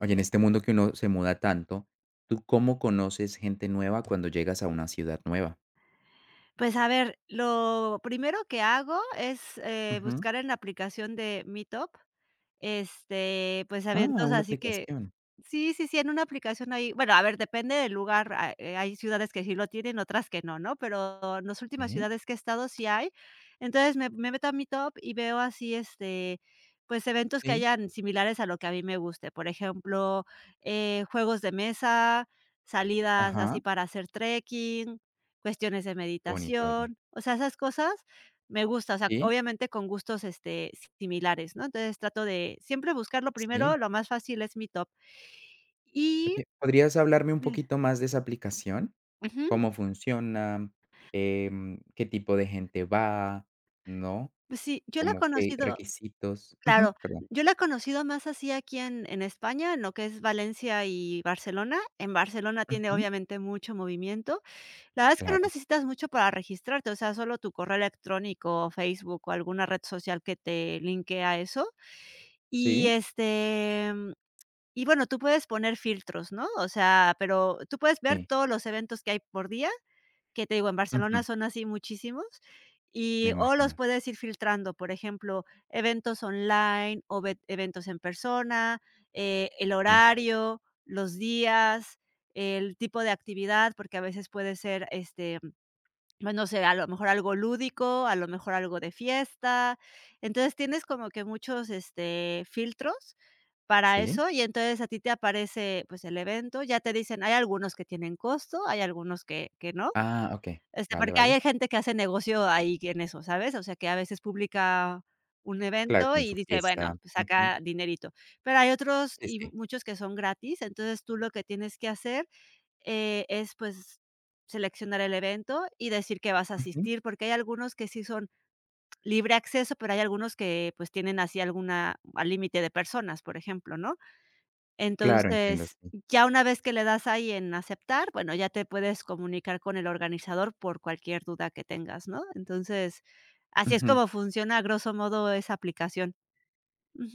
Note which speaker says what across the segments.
Speaker 1: Oye, en este mundo que uno se muda tanto, ¿tú cómo conoces gente nueva cuando llegas a una ciudad nueva?
Speaker 2: Pues a ver, lo primero que hago es,
Speaker 1: Ujú.
Speaker 2: buscar en la aplicación de Meetup,
Speaker 1: Ah,
Speaker 2: eventos
Speaker 1: una
Speaker 2: así que
Speaker 1: aplicación.
Speaker 2: sí, sí, sí, en una aplicación ahí bueno, a ver, depende del lugar, hay ciudades que sí lo tienen, otras que no, ¿no? Pero en las últimas
Speaker 1: Sí,
Speaker 2: ciudades que he estado sí hay. Entonces, me meto a Meetup y veo así, eventos que
Speaker 1: sí.
Speaker 2: hayan similares a lo que a mí me guste. Por ejemplo, juegos de mesa, salidas
Speaker 1: Ajá.
Speaker 2: así para hacer trekking, cuestiones de
Speaker 1: Qué bonito, oye.
Speaker 2: meditación, o sea, esas cosas me gusta, o sea,
Speaker 1: Sí,
Speaker 2: obviamente con gustos, similares, ¿no? Entonces, trato de siempre buscar lo primero,
Speaker 1: sí.
Speaker 2: lo más fácil es mi top. Y
Speaker 1: Oye, ¿podrías hablarme un
Speaker 2: eh,
Speaker 1: poquito más de esa aplicación?
Speaker 2: ujú,
Speaker 1: ¿Cómo funciona? ¿Qué tipo de gente va? ¿No?
Speaker 2: pues sí, yo la he
Speaker 1: Como qué
Speaker 2: conocido
Speaker 1: requisitos. Ujú,
Speaker 2: claro,
Speaker 1: perdón.
Speaker 2: yo la he conocido más así aquí en España, en lo que es Valencia y Barcelona. En Barcelona tiene,
Speaker 1: Ujú,
Speaker 2: obviamente, mucho movimiento. La verdad es que no
Speaker 1: claro.
Speaker 2: necesitas mucho para registrarte, o sea, solo tu correo electrónico, Facebook o alguna red social que te linkee a eso. Y,
Speaker 1: Sí,
Speaker 2: y bueno, tú puedes poner filtros, ¿no? O sea, pero tú puedes ver
Speaker 1: sí.
Speaker 2: todos los eventos que hay por día, que te digo, en Barcelona
Speaker 1: Ujú,
Speaker 2: son así muchísimos,
Speaker 1: me
Speaker 2: y o los
Speaker 1: imagino.
Speaker 2: puedes ir filtrando, por ejemplo, eventos online o ve eventos en persona, el
Speaker 1: Sí,
Speaker 2: horario, los días, el tipo de actividad, porque a veces puede ser, no sé, a lo mejor algo lúdico, a lo mejor algo de fiesta. Entonces, tienes como que muchos, filtros para
Speaker 1: sí.
Speaker 2: eso, y entonces a ti te aparece, pues, el evento, ya te dicen, hay algunos que tienen costo, hay algunos que no,
Speaker 1: Ah, okey. Vale,
Speaker 2: porque
Speaker 1: vale.
Speaker 2: hay gente que hace negocio ahí en eso, ¿sabes? O sea, que a veces publica un
Speaker 1: Claro,
Speaker 2: evento
Speaker 1: con
Speaker 2: y
Speaker 1: su
Speaker 2: dice, bueno,
Speaker 1: fiesta.
Speaker 2: pues
Speaker 1: Ujú.
Speaker 2: saca dinerito, pero hay otros
Speaker 1: Sí,
Speaker 2: y
Speaker 1: sí.
Speaker 2: muchos que son gratis, entonces tú lo que tienes que hacer, es, pues, seleccionar el evento y decir que vas a
Speaker 1: Ujú.
Speaker 2: asistir, porque hay algunos que sí son libre acceso, pero hay algunos que, pues, tienen así alguna al límite de personas, por ejemplo, ¿no?
Speaker 1: Claro,
Speaker 2: Entonces,
Speaker 1: entiendo, sí.
Speaker 2: ya una vez que le das ahí en aceptar, bueno, ya te puedes comunicar con el organizador por cualquier duda que tengas, ¿no? Entonces, así es
Speaker 1: Ujú.
Speaker 2: como funciona, a grosso modo, esa aplicación.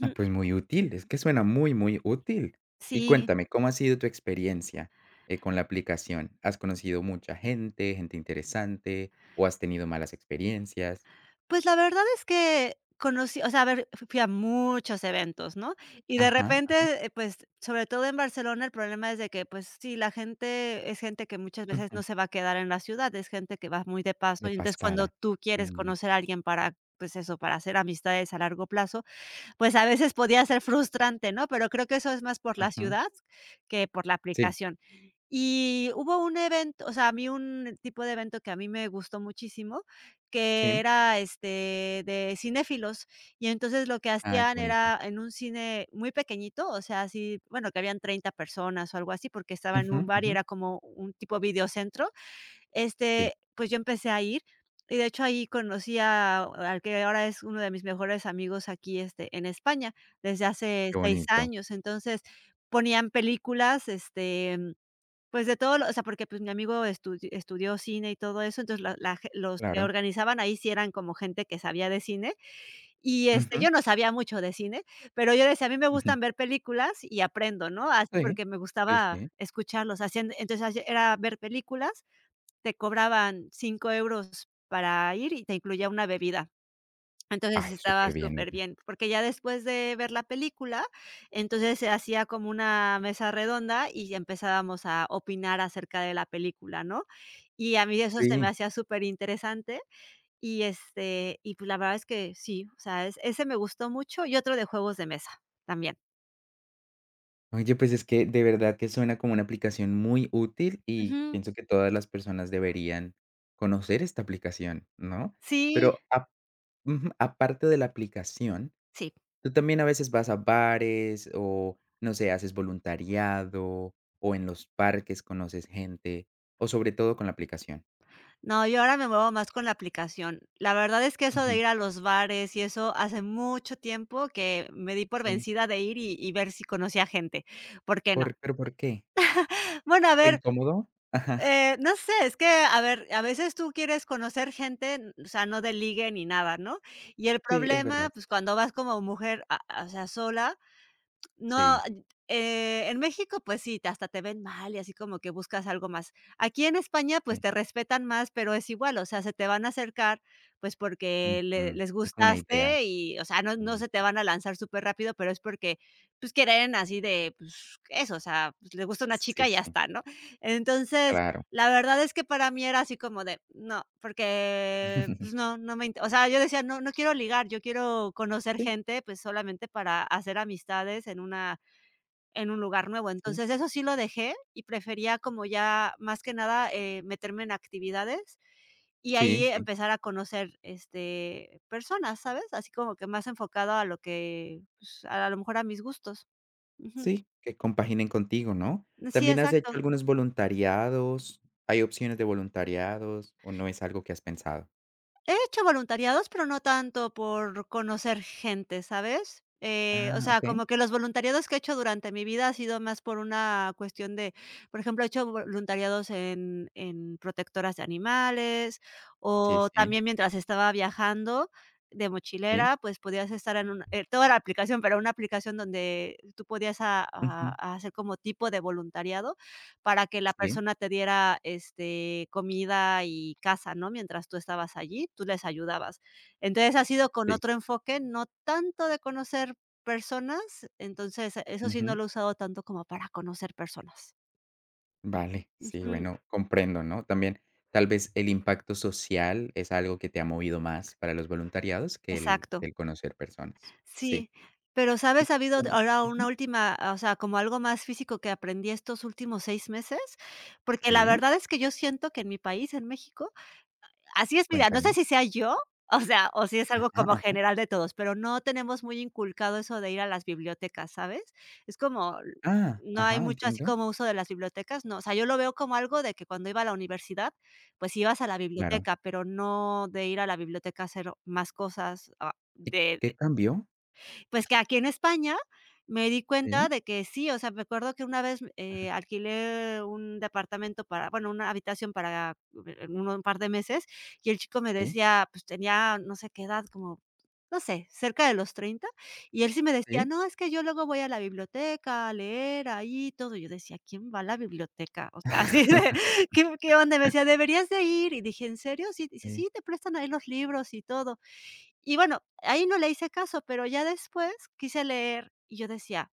Speaker 1: Ah, pues muy útil, es que suena muy, muy útil. Y
Speaker 2: Sí.
Speaker 1: cuéntame, ¿cómo ha sido tu experiencia, con la aplicación? ¿Has conocido mucha gente, gente interesante, o has tenido malas experiencias?
Speaker 2: Pues, la verdad es que conocí o sea, a ver, fu fui a muchos eventos, ¿no? Y de
Speaker 1: Ajá,
Speaker 2: repente, pues, sobre todo en Barcelona, el problema es de que, pues sí, la gente es gente que muchas veces no
Speaker 1: ujú,
Speaker 2: se va a quedar en la ciudad, es gente que va muy de paso,
Speaker 1: de
Speaker 2: y entonces cuando
Speaker 1: pasada.
Speaker 2: tú quieres
Speaker 1: Mm,
Speaker 2: conocer a alguien para, pues eso, para hacer amistades a largo plazo, pues, a veces podía ser frustrante, ¿no? Pero creo que eso es más por la
Speaker 1: ujú.
Speaker 2: ciudad que por la
Speaker 1: Sí,
Speaker 2: aplicación. Y hubo un evento, o sea, a mí un tipo de evento que a mí me gustó muchísimo, que
Speaker 1: sí.
Speaker 2: era, de cinéfilos. Y entonces lo que
Speaker 1: Ay, qué
Speaker 2: hacían
Speaker 1: bonito.
Speaker 2: era en un cine muy pequeñito, o sea, así, bueno, que habían 30 personas o algo así, porque estaba en un
Speaker 1: Ujú,
Speaker 2: bar y
Speaker 1: ujú.
Speaker 2: era como un tipo videocentro.
Speaker 1: Sí,
Speaker 2: Este, pues yo empecé a ir y de hecho ahí conocí a al que ahora es uno de mis mejores amigos aquí, en España, desde hace
Speaker 1: qué
Speaker 2: 6
Speaker 1: bonito.
Speaker 2: años. Entonces, ponían películas, este pues de todo lo o sea, porque, pues, mi amigo estudió cine y todo eso, entonces la la ge los que
Speaker 1: Claro.
Speaker 2: organizaban ahí sí eran como gente que sabía de cine y,
Speaker 1: Ujú,
Speaker 2: yo no sabía mucho de cine, pero yo decía: "A mí me
Speaker 1: ujú.
Speaker 2: gustan ver películas y aprendo", ¿no? Así
Speaker 1: Sí,
Speaker 2: porque me
Speaker 1: sí,
Speaker 2: gustaba
Speaker 1: sí.
Speaker 2: escucharlos, hacían entonces hace era ver películas, te cobraban 5 euros para ir y te incluía una bebida. Entonces,
Speaker 1: Ay,
Speaker 2: estaba
Speaker 1: superbién,
Speaker 2: súper
Speaker 1: oye.
Speaker 2: bien, porque ya después de ver la película, entonces se hacía como una mesa redonda y ya empezábamos a opinar acerca de la película, ¿no? Y a mí eso se me
Speaker 1: Sí.
Speaker 2: hacía súper interesante y, y pues la verdad es que sí, o sea, es ese me gustó mucho y otro de juegos de mesa también.
Speaker 1: Oye, pues es que de verdad que suena como una aplicación muy útil y
Speaker 2: Ujú.
Speaker 1: pienso que todas las personas deberían conocer esta aplicación, ¿no?
Speaker 2: Sí,
Speaker 1: Pero a- ujú, aparte de la aplicación,
Speaker 2: sí.
Speaker 1: tú también a veces vas a bares o, no sé, haces voluntariado o en los parques conoces gente o sobre todo con la aplicación.
Speaker 2: No, yo ahora me muevo más con la aplicación. La verdad es que eso de
Speaker 1: Ujú,
Speaker 2: ir a los bares y eso, hace mucho tiempo que me di por
Speaker 1: sí.
Speaker 2: vencida de ir y ver si conocía gente, ¿por qué no?
Speaker 1: ¿Por, pero por qué?
Speaker 2: Bueno, a
Speaker 1: ¿Fue
Speaker 2: ver,
Speaker 1: incómodo? Ajá.
Speaker 2: no sé, es que, a ver, a veces tú quieres conocer gente, o sea, no de ligue ni nada, ¿no? Y el
Speaker 1: Sí, es
Speaker 2: problema,
Speaker 1: verdad.
Speaker 2: pues, cuando vas como mujer, a o sea, sola, no,
Speaker 1: Sí,
Speaker 2: en México, pues sí, hasta te ven mal y así como que buscas algo más. Aquí en España, pues
Speaker 1: sí.
Speaker 2: te respetan más, pero es igual, o sea, se te van a acercar, pues porque
Speaker 1: Ujú,
Speaker 2: les
Speaker 1: es como una idea.
Speaker 2: gustaste y, o sea, no, no
Speaker 1: mm,
Speaker 2: se te van a lanzar súper rápido, pero es porque, pues quieren así de, pues eso, o sea, pues, le gusta una
Speaker 1: Sí,
Speaker 2: chica y ya
Speaker 1: sí,
Speaker 2: está, ¿no? Entonces,
Speaker 1: claro.
Speaker 2: la verdad es que para mí era así como de no, porque, pues no, no me inte o sea, yo decía: "No, no quiero ligar, yo quiero conocer
Speaker 1: Sí,
Speaker 2: gente, pues, solamente para hacer amistades en una en un lugar nuevo".
Speaker 1: sí,
Speaker 2: Entonces, eso sí lo dejé y prefería como ya, más que nada, meterme en actividades y ahí
Speaker 1: sí, sí,
Speaker 2: empezar a conocer, personas, ¿sabes? Así como que más enfocado a lo que, pues, a lo mejor a mis gustos. Ujú.
Speaker 1: sí, que compaginen contigo, ¿no?
Speaker 2: Sí,
Speaker 1: ¿También has hecho
Speaker 2: exacto.
Speaker 1: algunos voluntariados? ¿Hay opciones de voluntariados o no es algo que has pensado?
Speaker 2: He hecho voluntariados, pero no tanto por conocer gente, ¿sabes? O
Speaker 1: Ah,
Speaker 2: sea,
Speaker 1: okey.
Speaker 2: como que los voluntariados que he hecho durante mi vida ha sido más por una cuestión de, por ejemplo, he hecho voluntariados en protectoras de animales
Speaker 1: Sí,
Speaker 2: o
Speaker 1: sí,
Speaker 2: también mientras estaba viajando de
Speaker 1: sí.
Speaker 2: mochilera, pues podías estar en una, toda la aplicación, pero una aplicación donde tú podías
Speaker 1: Ujú.
Speaker 2: a hacer como tipo de voluntariado para que la
Speaker 1: Sí,
Speaker 2: persona te diera, comida y casa, ¿no? Mientras tú estabas allí, tú les ayudabas. Entonces, ha sido con
Speaker 1: sí.
Speaker 2: otro enfoque, no tanto de conocer personas, entonces, eso sí no
Speaker 1: Ujú.
Speaker 2: lo he usado tanto como para conocer personas.
Speaker 1: Vale. Sí,
Speaker 2: Ujú,
Speaker 1: bueno, comprendo, ¿no? También, tal vez, el impacto social es algo que te ha movido más para los voluntariados que el
Speaker 2: exacto.
Speaker 1: que el conocer personas. Sí.
Speaker 2: Sí, pero,
Speaker 1: Y
Speaker 2: ¿sabes? Ha habido
Speaker 1: con
Speaker 2: ahora una
Speaker 1: ujú.
Speaker 2: última, o sea, como algo más físico que aprendí estos últimos 6 meses, porque la
Speaker 1: Sí,
Speaker 2: verdad es que yo siento que en mi país, en México, así es, mira, no sé
Speaker 1: cuéntame.
Speaker 2: si sea yo, o sea, o si es algo
Speaker 1: Ajá,
Speaker 2: como
Speaker 1: ajá.
Speaker 2: general de todos, pero no tenemos muy inculcado eso de ir a las bibliotecas, ¿sabes? Es como
Speaker 1: Ah,
Speaker 2: no hay
Speaker 1: ajá,
Speaker 2: mucho así
Speaker 1: entiendo.
Speaker 2: como uso de las bibliotecas, no, o sea, yo lo veo como algo de que cuando iba a la universidad, pues ibas a la
Speaker 1: Claro.
Speaker 2: biblioteca, pero no de ir a la biblioteca a hacer más cosas, ah,
Speaker 1: ¿Y
Speaker 2: de
Speaker 1: qué cambió?
Speaker 2: pues que aquí en España me di cuenta
Speaker 1: Sí,
Speaker 2: de que sí, o sea, me acuerdo que una vez, alquilé un departamento para bueno, una habitación para uno un par de meses, y el chico me
Speaker 1: sí,
Speaker 2: decía, pues tenía no sé qué edad, como, no sé, cerca de los 30 y él sí me decía:
Speaker 1: sí.
Speaker 2: "No, es que yo luego voy a la biblioteca a leer ahí y todo". Yo decía: "¿Quién va a la biblioteca?". O sea, así de, qué onda? Y me decía: "Deberías de ir". Y dije: "¿En serio?". Sí, dice:
Speaker 1: Sí,
Speaker 2: "Sí, te prestan ahí los libros y todo". Y bueno, ahí no le hice caso, pero ya después quise leer y yo decía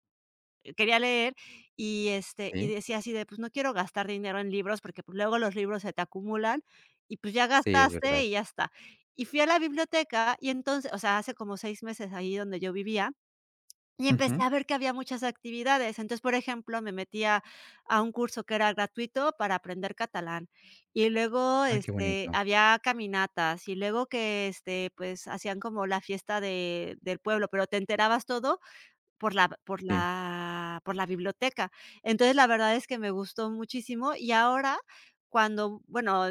Speaker 2: quería leer y, y
Speaker 1: sí,
Speaker 2: decía así de, pues, no quiero gastar dinero en libros porque, pues, luego los libros se te acumulan y, pues, ya
Speaker 1: sí, es
Speaker 2: gastaste
Speaker 1: verdad.
Speaker 2: y ya está. Y fui a la biblioteca y entonces, o sea, hace como 6 meses ahí donde yo vivía y empecé
Speaker 1: Ujú.
Speaker 2: a ver que había muchas actividades. Entonces, por ejemplo, me metía a un curso que era gratuito para aprender catalán. Y luego,
Speaker 1: Ay, qué bonito.
Speaker 2: había caminatas, y luego que, pues, hacían como la fiesta de del pueblo, pero te enterabas todo
Speaker 1: Sí,
Speaker 2: por la biblioteca. Entonces, la verdad es que me gustó muchísimo y ahora cuando, bueno,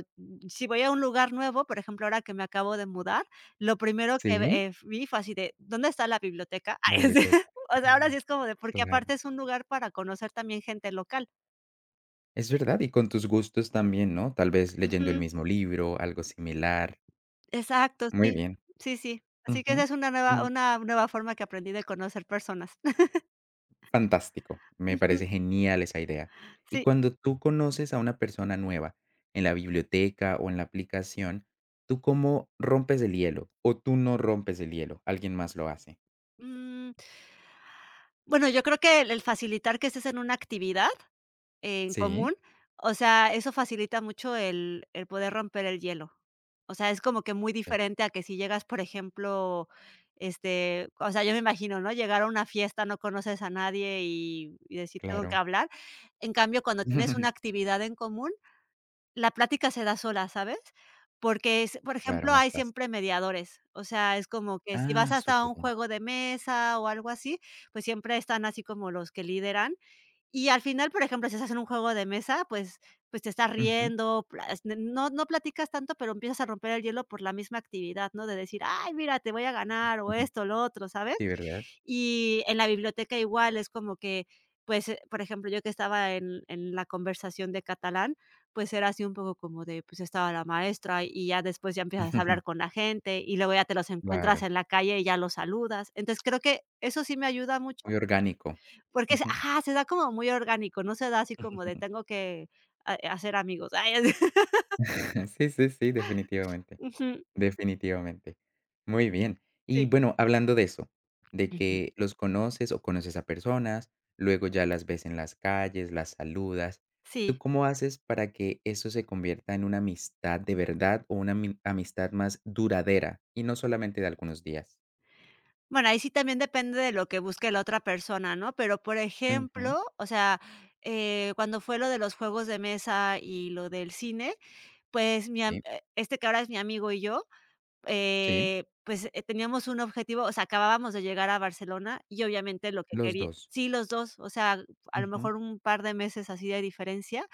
Speaker 2: si voy a un lugar nuevo, por ejemplo, ahora que me acabo de mudar, lo primero que,
Speaker 1: sí,
Speaker 2: vi fue así de, ¿dónde está la biblioteca?
Speaker 1: la
Speaker 2: Ay, sí,
Speaker 1: biblioteca.
Speaker 2: o sea, ahora sí
Speaker 1: Ah,
Speaker 2: es como de porque
Speaker 1: claro.
Speaker 2: aparte es un lugar para conocer también gente local.
Speaker 1: Es verdad, y con tus gustos también, ¿no? Tal vez leyendo el
Speaker 2: Ujú,
Speaker 1: mismo libro, algo similar.
Speaker 2: exacto,
Speaker 1: Muy
Speaker 2: sí,
Speaker 1: bien.
Speaker 2: sí, sí. Así que esa
Speaker 1: Ujú.
Speaker 2: es
Speaker 1: Mm,
Speaker 2: una nueva forma que aprendí de conocer personas.
Speaker 1: fantástico. Me
Speaker 2: Ujú,
Speaker 1: parece genial esa idea. Y
Speaker 2: sí.
Speaker 1: cuando tú conoces a una persona nueva en la biblioteca o en la aplicación, ¿tú cómo rompes el hielo? ¿O tú no rompes el hielo? ¿Alguien más lo hace?
Speaker 2: Mm, bueno, yo creo que el facilitar que estés en una actividad en
Speaker 1: Sí,
Speaker 2: común, o sea, eso facilita mucho el poder romper el hielo. O sea, es como que muy
Speaker 1: sí,
Speaker 2: diferente a que si llegas, por ejemplo, o sea, yo me imagino, ¿no? Llegar a una fiesta, no conoces a nadie y decir: "Tengo que
Speaker 1: claro.
Speaker 2: hablar". En cambio, cuando tienes una actividad en común, la plática se da sola, ¿sabes? Porque es, por
Speaker 1: Claro,
Speaker 2: ejemplo,
Speaker 1: más
Speaker 2: hay
Speaker 1: fácil.
Speaker 2: siempre mediadores. O sea, es como que si vas
Speaker 1: Ah,
Speaker 2: hasta un
Speaker 1: superbién.
Speaker 2: juego de mesa o algo así, pues siempre están así como los que lideran y al final, por ejemplo, si estás en un juego de mesa, pues te estás
Speaker 1: Ujú,
Speaker 2: riendo, no platicas tanto, pero empiezas a romper el hielo por la misma actividad, ¿no? De decir: "Ay, mira, te voy a ganar", o
Speaker 1: ujú.
Speaker 2: esto, lo otro, ¿sabes?
Speaker 1: Sí, ¿verdad?
Speaker 2: Y en la biblioteca igual es como que, pues, por ejemplo, yo que estaba en la conversación de catalán, pues era así un poco como de, pues estaba la maestra y ya después ya empiezas a hablar con la gente y luego ya te los encuentras
Speaker 1: Claro,
Speaker 2: en la calle y ya los saludas. Entonces, creo que eso sí me ayuda mucho
Speaker 1: muy orgánico.
Speaker 2: porque es,
Speaker 1: Ujú.
Speaker 2: ajá, se da como muy orgánico, no se da así como de tengo que ha hacer amigos. Ay, así.
Speaker 1: Sí, sí, sí, definitivamente,
Speaker 2: Ujú,
Speaker 1: definitivamente. Muy bien. Y
Speaker 2: sí.
Speaker 1: bueno, hablando de eso, de
Speaker 2: Ujú.
Speaker 1: que los conoces o conoces a personas, luego ya las ves en las calles, las saludas. ¿Tú
Speaker 2: Sí.
Speaker 1: cómo haces para que eso se convierta en una amistad de verdad o una ami- amistad más duradera y no solamente de algunos días?
Speaker 2: Bueno, ahí sí también depende de lo que busque la otra persona, ¿no? Pero, por
Speaker 1: Ujú,
Speaker 2: ejemplo, o sea, cuando fue lo de los juegos de mesa y lo del cine, pues, mi am
Speaker 1: sí,
Speaker 2: este que ahora es mi amigo y yo,
Speaker 1: sí,
Speaker 2: teníamos un objetivo, o sea, acabábamos de llegar a Barcelona y obviamente lo que
Speaker 1: los
Speaker 2: quería,
Speaker 1: dos.
Speaker 2: sí, los dos, o sea, a lo
Speaker 1: Ujú,
Speaker 2: mejor un par de meses así de diferencia.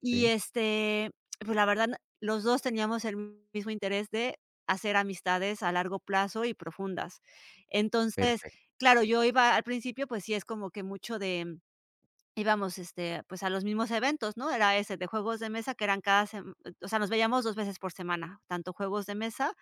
Speaker 2: Y,
Speaker 1: sí,
Speaker 2: pues, la verdad, los 2 teníamos el mismo interés de hacer amistades a largo plazo y profundas. Entonces,
Speaker 1: perfecto.
Speaker 2: claro, yo iba al principio, pues sí, es como que mucho de íbamos, pues, a los mismos eventos, ¿no? Era ese de juegos de mesa que eran cada sem o sea, nos veíamos 2 veces por semana, tanto juegos de mesa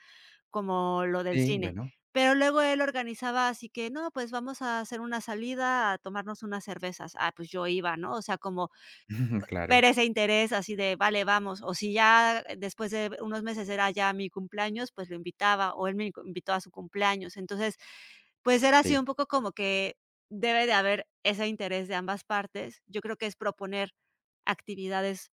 Speaker 2: como lo del
Speaker 1: Sí,
Speaker 2: cine.
Speaker 1: bueno,
Speaker 2: Pero luego él organizaba así que: "No, pues, vamos a hacer una salida a tomarnos unas cervezas". Ah, pues, yo iba, ¿no? O sea, como ver
Speaker 1: claro,
Speaker 2: ese interés así de: "Vale, vamos", o si ya después de unos meses era ya mi cumpleaños, pues lo invitaba, o él me invitó a su cumpleaños. Entonces, pues era así
Speaker 1: sí.
Speaker 2: un poco como que debe de haber ese interés de ambas partes. Yo creo que es proponer actividades,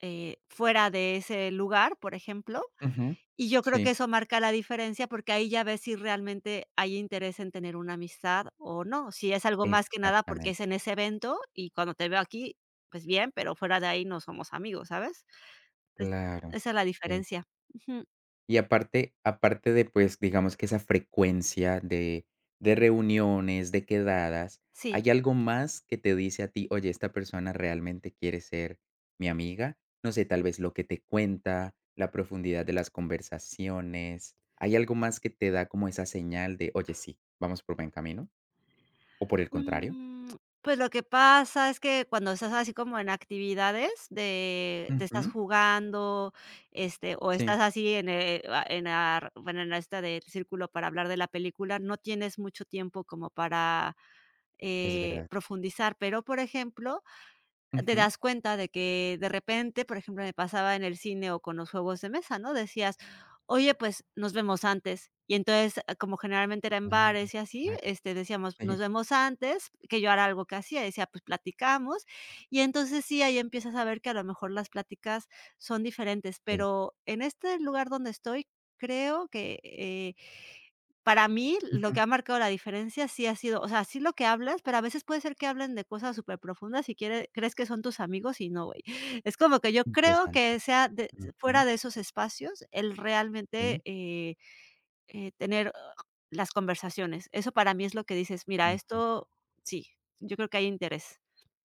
Speaker 2: fuera de ese lugar, por ejemplo,
Speaker 1: Ujú,
Speaker 2: y yo creo que
Speaker 1: sí,
Speaker 2: eso marca la diferencia, porque ahí ya ves si realmente hay interés en tener una amistad o no. Si es algo más que nada porque es
Speaker 1: exactamente,
Speaker 2: en ese evento y cuando te veo aquí, pues bien, pero fuera de ahí no somos amigos, ¿sabes? Es
Speaker 1: claro,
Speaker 2: Esa es la
Speaker 1: sí.
Speaker 2: diferencia. Ujú,
Speaker 1: Y aparte de, pues, digamos que esa frecuencia de reuniones, de quedadas,
Speaker 2: sí.
Speaker 1: ¿hay algo más que te dice a ti: "Oye, esta persona realmente quiere ser mi amiga"? No sé, tal vez lo que te cuenta, la profundidad de las conversaciones, ¿hay algo más que te da como esa señal de: "Oye, sí, vamos por buen camino"? ¿O por el contrario?
Speaker 2: Mm, pues, lo que pasa es que cuando estás así como en actividades de te estás
Speaker 1: Ujú,
Speaker 2: jugando, o
Speaker 1: sí,
Speaker 2: estás así en, ah, en ar bueno, en la esta del círculo para hablar de la película, no tienes mucho tiempo como para,
Speaker 1: es verdad.
Speaker 2: profundizar. Pero, por ejemplo, te
Speaker 1: Ujú.
Speaker 2: das cuenta de que de repente, por ejemplo, me pasaba en el cine o con los juegos de mesa, ¿no? Decías: "Oye, pues, nos vemos antes". Y entonces, como generalmente era en
Speaker 1: Ah,
Speaker 2: bares y así,
Speaker 1: claro.
Speaker 2: decíamos: "Nos
Speaker 1: Sí,
Speaker 2: vemos antes", que yo era algo que hacía, decía: "Pues, platicamos". Y entonces sí, ahí empiezas a ver que a lo mejor las pláticas son diferentes,
Speaker 1: sí.
Speaker 2: pero en este lugar donde estoy, creo que, para mí, lo que
Speaker 1: Ujú.
Speaker 2: ha marcado la diferencia sí ha sido, o sea, sí lo que hablas, pero a veces puede ser que hablen de cosas súper profundas, y quiere crees que son tus amigos y no, güey. Es como que yo creo
Speaker 1: Interesante.
Speaker 2: que sea de fuera
Speaker 1: Ujú.
Speaker 2: de esos espacios el realmente,
Speaker 1: Sí.
Speaker 2: tener, las conversaciones. Eso para mí es lo que dices, mira,
Speaker 1: Ujú.
Speaker 2: esto sí, yo creo que hay interés.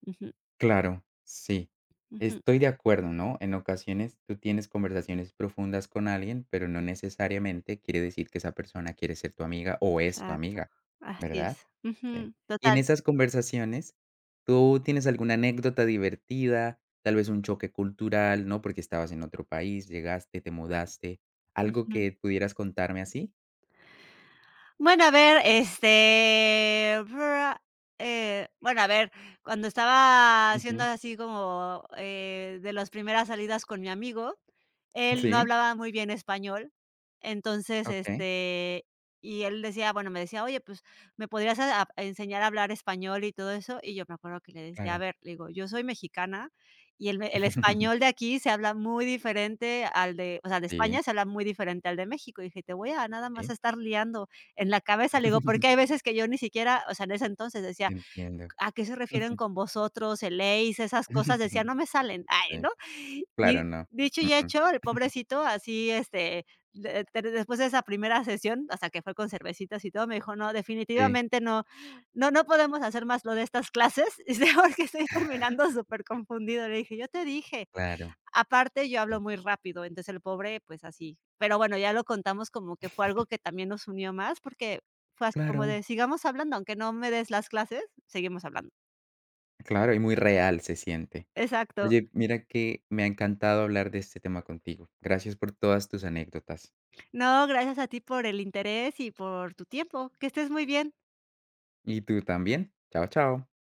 Speaker 2: Ujú,
Speaker 1: Claro, sí.
Speaker 2: ujú,
Speaker 1: Estoy de acuerdo, ¿no? En ocasiones tú tienes conversaciones profundas con alguien, pero no necesariamente quiere decir que esa persona quiere ser tu amiga o es tu
Speaker 2: exacto.
Speaker 1: amiga,
Speaker 2: Así
Speaker 1: ¿verdad?
Speaker 2: es.
Speaker 1: Sí.
Speaker 2: Ujú,
Speaker 1: Y en
Speaker 2: total.
Speaker 1: esas conversaciones, ¿tú tienes alguna anécdota divertida, tal vez un choque cultural, ¿no? Porque estabas en otro país, llegaste, te mudaste, algo
Speaker 2: Ujú.
Speaker 1: que pudieras contarme así?
Speaker 2: Bueno, a ver, este, bra bueno, a ver, cuando estaba haciendo
Speaker 1: Ujú.
Speaker 2: así como, de las primeras salidas con mi amigo, él no
Speaker 1: Sí,
Speaker 2: hablaba muy bien español, entonces,
Speaker 1: okey,
Speaker 2: y él decía, bueno, me decía: "Oye, pues, ¿me podrías a enseñar a hablar español y todo eso?". Y yo me acuerdo que le decía: "A
Speaker 1: claro.
Speaker 2: ver", le digo: "Yo soy mexicana y el español de aquí se habla muy diferente al de, o sea, de España
Speaker 1: Sí,
Speaker 2: se habla muy diferente al de México". Y dije: "Te voy a nada más
Speaker 1: sí.
Speaker 2: estar liando en la cabeza". Le digo, porque hay veces que yo ni siquiera, o sea, en ese entonces decía,
Speaker 1: Entiendo.
Speaker 2: ¿a qué se refieren con vosotros, eléis? Esas cosas, decía, no me salen, ay,
Speaker 1: Sí,
Speaker 2: ¿no? Y
Speaker 1: claro, no.
Speaker 2: dicho y
Speaker 1: Mm, mm.
Speaker 2: hecho, el pobrecito así, este, de después de esa primera sesión, hasta que fue con cervecitas y todo, me dijo: "No,
Speaker 1: Sí,
Speaker 2: definitivamente no, no, no podemos hacer más lo de estas clases", y dice, porque estoy terminando súper confundido. Le dije: "Yo te dije".
Speaker 1: claro,
Speaker 2: Aparte, yo hablo
Speaker 1: sí,
Speaker 2: muy rápido, entonces el pobre, pues así. Pero bueno, ya lo contamos como que fue algo que también nos unió más, porque fue así como
Speaker 1: claro,
Speaker 2: de: "Sigamos hablando, aunque no me des las clases, seguimos hablando".
Speaker 1: claro, y muy real se siente.
Speaker 2: Exacto.
Speaker 1: Oye, mira que me ha encantado hablar de este tema contigo. Gracias por todas tus anécdotas.
Speaker 2: No, gracias a ti por el interés y por tu tiempo. Que estés muy bien.
Speaker 1: Y tú también. Chao, chao.